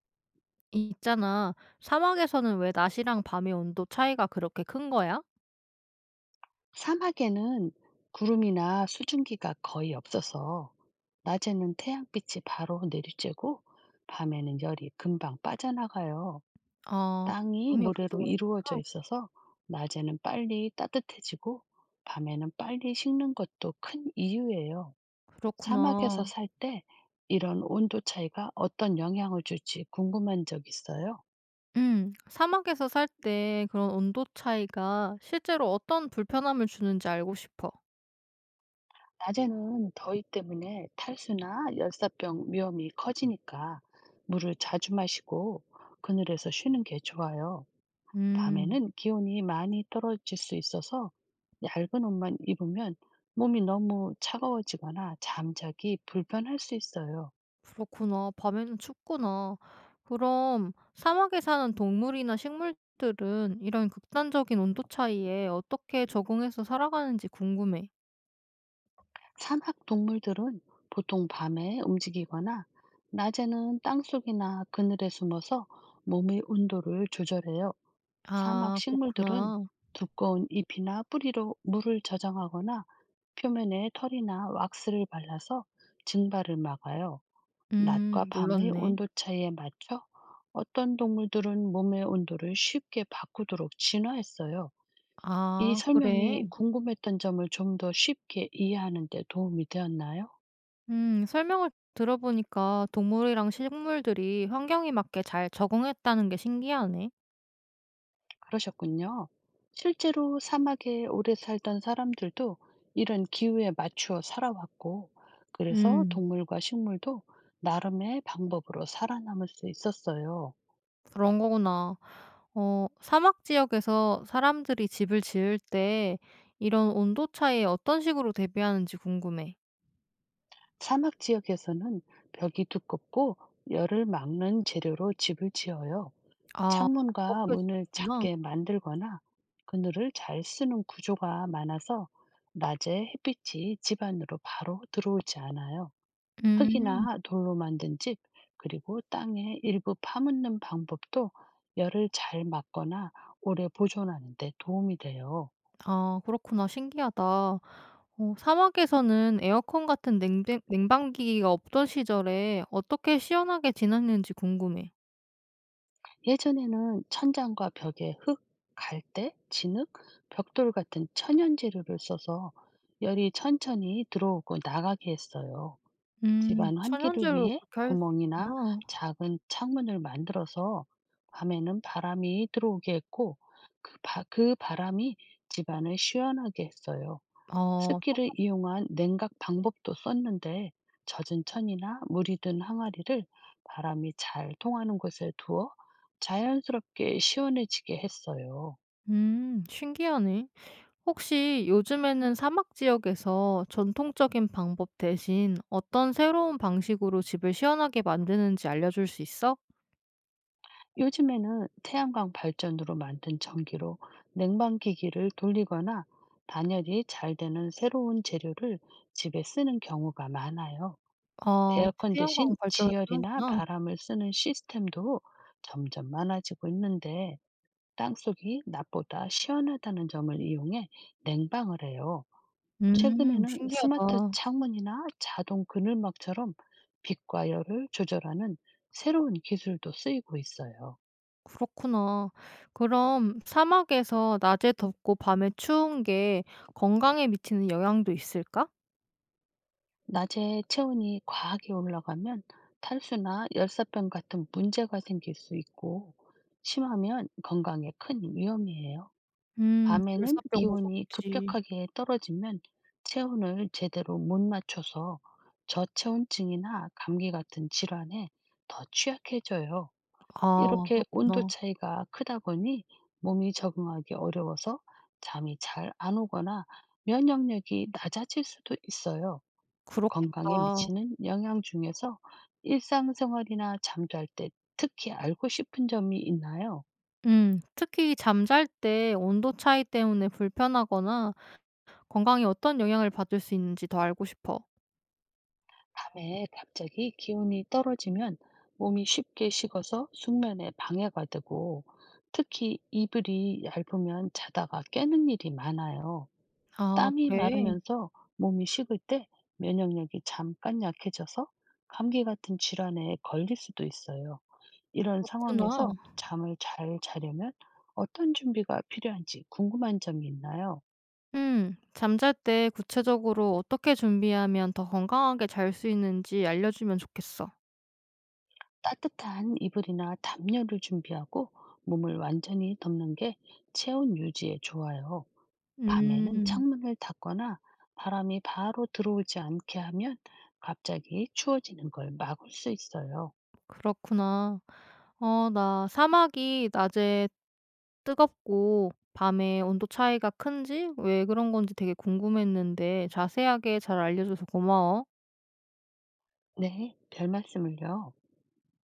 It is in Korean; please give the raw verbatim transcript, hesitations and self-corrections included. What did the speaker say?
있잖아. 사막에서는 왜 낮이랑 밤의 온도 차이가 그렇게 큰 거야? 사막에는 구름이나 수증기가 거의 없어서 낮에는 태양빛이 바로 내리쬐고 밤에는 열이 금방 빠져나가요. 아, 땅이 구름이 없어서 모래로 이루어져 그렇구나. 있어서 낮에는 빨리 따뜻해지고 밤에는 빨리 식는 것도 큰 이유예요. 사막에서 그렇구나. 살 때 이런 온도 차이가 어떤 영향을 줄지 궁금한 적 있어요? 음, 사막에서 살 때 그런 온도 차이가 실제로 어떤 불편함을 주는지 알고 싶어. 낮에는 더위 때문에 탈수나 열사병 위험이 커지니까 물을 자주 마시고 그늘에서 쉬는 게 좋아요. 음, 밤에는 기온이 많이 떨어질 수 있어서 얇은 옷만 입으면 몸이 너무 차가워지거나 잠자기 불편할 수 있어요. 그렇구나. 밤에는 춥구나. 그럼 사막에 사는 동물이나 식물들은 이런 극단적인 온도 차이에 어떻게 적응해서 살아가는지 궁금해. 사막 동물들은 보통 밤에 움직이거나 낮에는 땅속이나 그늘에 숨어서 몸의 온도를 조절해요. 사막 아, 식물들은 그렇구나. 두꺼운 잎이나 뿌리로 물을 저장하거나 표면에 털이나 왁스를 발라서 증발을 막아요. 낮과 음, 밤의 몰랐네. 온도 차이에 맞춰 어떤 동물들은 몸의 온도를 쉽게 바꾸도록 진화했어요. 이 아 그래? 설명이 궁금했던 점을 좀 더 쉽게 이해하는 데 도움이 되었나요? 음 설명을 들어보니까 동물이랑 식물들이 환경에 맞게 잘 적응했다는 게 신기하네. 그러셨군요. 실제로 사막에 오래 살던 사람들도 이런 기후에 맞추어 살아왔고, 그래서 음 동물과 식물도 나름의 방법으로 살아남을 수 있었어요. 그런 거구나. 어 사막 지역에서 사람들이 집을 지을 때 이런 온도 차이에 어떤 식으로 대비하는지 궁금해. 사막 지역에서는 벽이 두껍고 열을 막는 재료로 집을 지어요. 아 창문과 문을 꺾여지는구나. 작게 만들거나 그늘을 잘 쓰는 구조가 많아서 낮에 햇빛이 집 안으로 바로 들어오지 않아요. 음. 흙이나 돌로 만든 집, 그리고 땅에 일부 파묻는 방법도 열을 잘 막거나 오래 보존하는 데 도움이 돼요. 아 그렇구나. 신기하다. 어 사막에서는 에어컨 같은 냉뱅 냉방기기가 없던 시절에 어떻게 시원하게 지냈는지 궁금해. 예전에는 천장과 벽에 흙, 갈대, 진흙, 벽돌 같은 천연 재료를 써서 열이 천천히 들어오고 나가게 했어요. 음. 집안 환기를 천연재료로 위해 그렇게 할 수 구멍이나 있구나. 작은 창문을 만들어서 밤에는 바람이 들어오게 했고 그, 바, 그 바람이 집안을 시원하게 했어요. 아 스키를 똑똑 이용한 냉각 방법도 썼는데 젖은 천이나 물이 든 항아리를 바람이 잘 통하는 곳에 두어 자연스럽게 시원해지게 했어요. 음 신기하네. 혹시 요즘에는 사막 지역에서 전통적인 방법 대신 어떤 새로운 방식으로 집을 시원하게 만드는지 알려줄 수 있어? 요즘에는 태양광 발전으로 만든 전기로 냉방기기를 돌리거나 단열이 잘 되는 새로운 재료를 집에 쓰는 경우가 많아요. 아 에어컨 태양광 대신 발전을 지열이나 쓰는구나. 바람을 쓰는 시스템도 점점 많아지고 있는데 땅속이 낮보다 시원하다는 점을 이용해 냉방을 해요. 음 최근에는 스마트 신기하다. 창문이나 자동 그늘막처럼 빛과 열을 조절하는 새로운 기술도 쓰이고 있어요. 그렇구나. 그럼 사막에서 낮에 덥고 밤에 추운 게 건강에 미치는 영향도 있을까? 낮에 체온이 과하게 올라가면 탈수나 열사병 같은 문제가 생길 수 있고, 심하면 건강에 큰 위험이에요. 음. 밤에는 열사병 기온이 무섭지. 급격하게 떨어지면 체온을 제대로 못 맞춰서 저체온증이나 감기 같은 질환에 더 취약해져요. 아 이렇게 온도 그렇구나. 차이가 크다 보니 몸이 적응하기 어려워서 잠이 잘 안 오거나 면역력이 낮아질 수도 있어요. 건강에 그렇겠다. 미치는 영향 중에서 일상생활이나 잠잘 때 특히 알고 싶은 점이 있나요? 음. 특히 잠잘 때 온도 차이 때문에 불편하거나 건강에 어떤 영향을 받을 수 있는지 더 알고 싶어. 밤에 갑자기 기온이 떨어지면 몸이 쉽게 식어서 숙면에 방해가 되고 특히 이불이 얇으면 자다가 깨는 일이 많아요. 아 땀이 그래? 마르면서 몸이 식을 때 면역력이 잠깐 약해져서 감기 같은 질환에 걸릴 수도 있어요. 이런 그렇구나. 상황에서 잠을 잘 자려면 어떤 준비가 필요한지 궁금한 점이 있나요? 음. 잠잘 때 구체적으로 어떻게 준비하면 더 건강하게 잘 수 있는지 알려주면 좋겠어. 따뜻한 이불이나 담요를 준비하고 몸을 완전히 덮는 게 체온 유지에 좋아요. 밤에는 음. 창문을 닫거나 바람이 바로 들어오지 않게 하면 갑자기 추워지는 걸 막을 수 있어요. 그렇구나. 어 나 사막이 낮에 뜨겁고 밤에 온도 차이가 큰지 왜 그런 건지 되게 궁금했는데 자세하게 잘 알려줘서 고마워. 네, 별 말씀을요.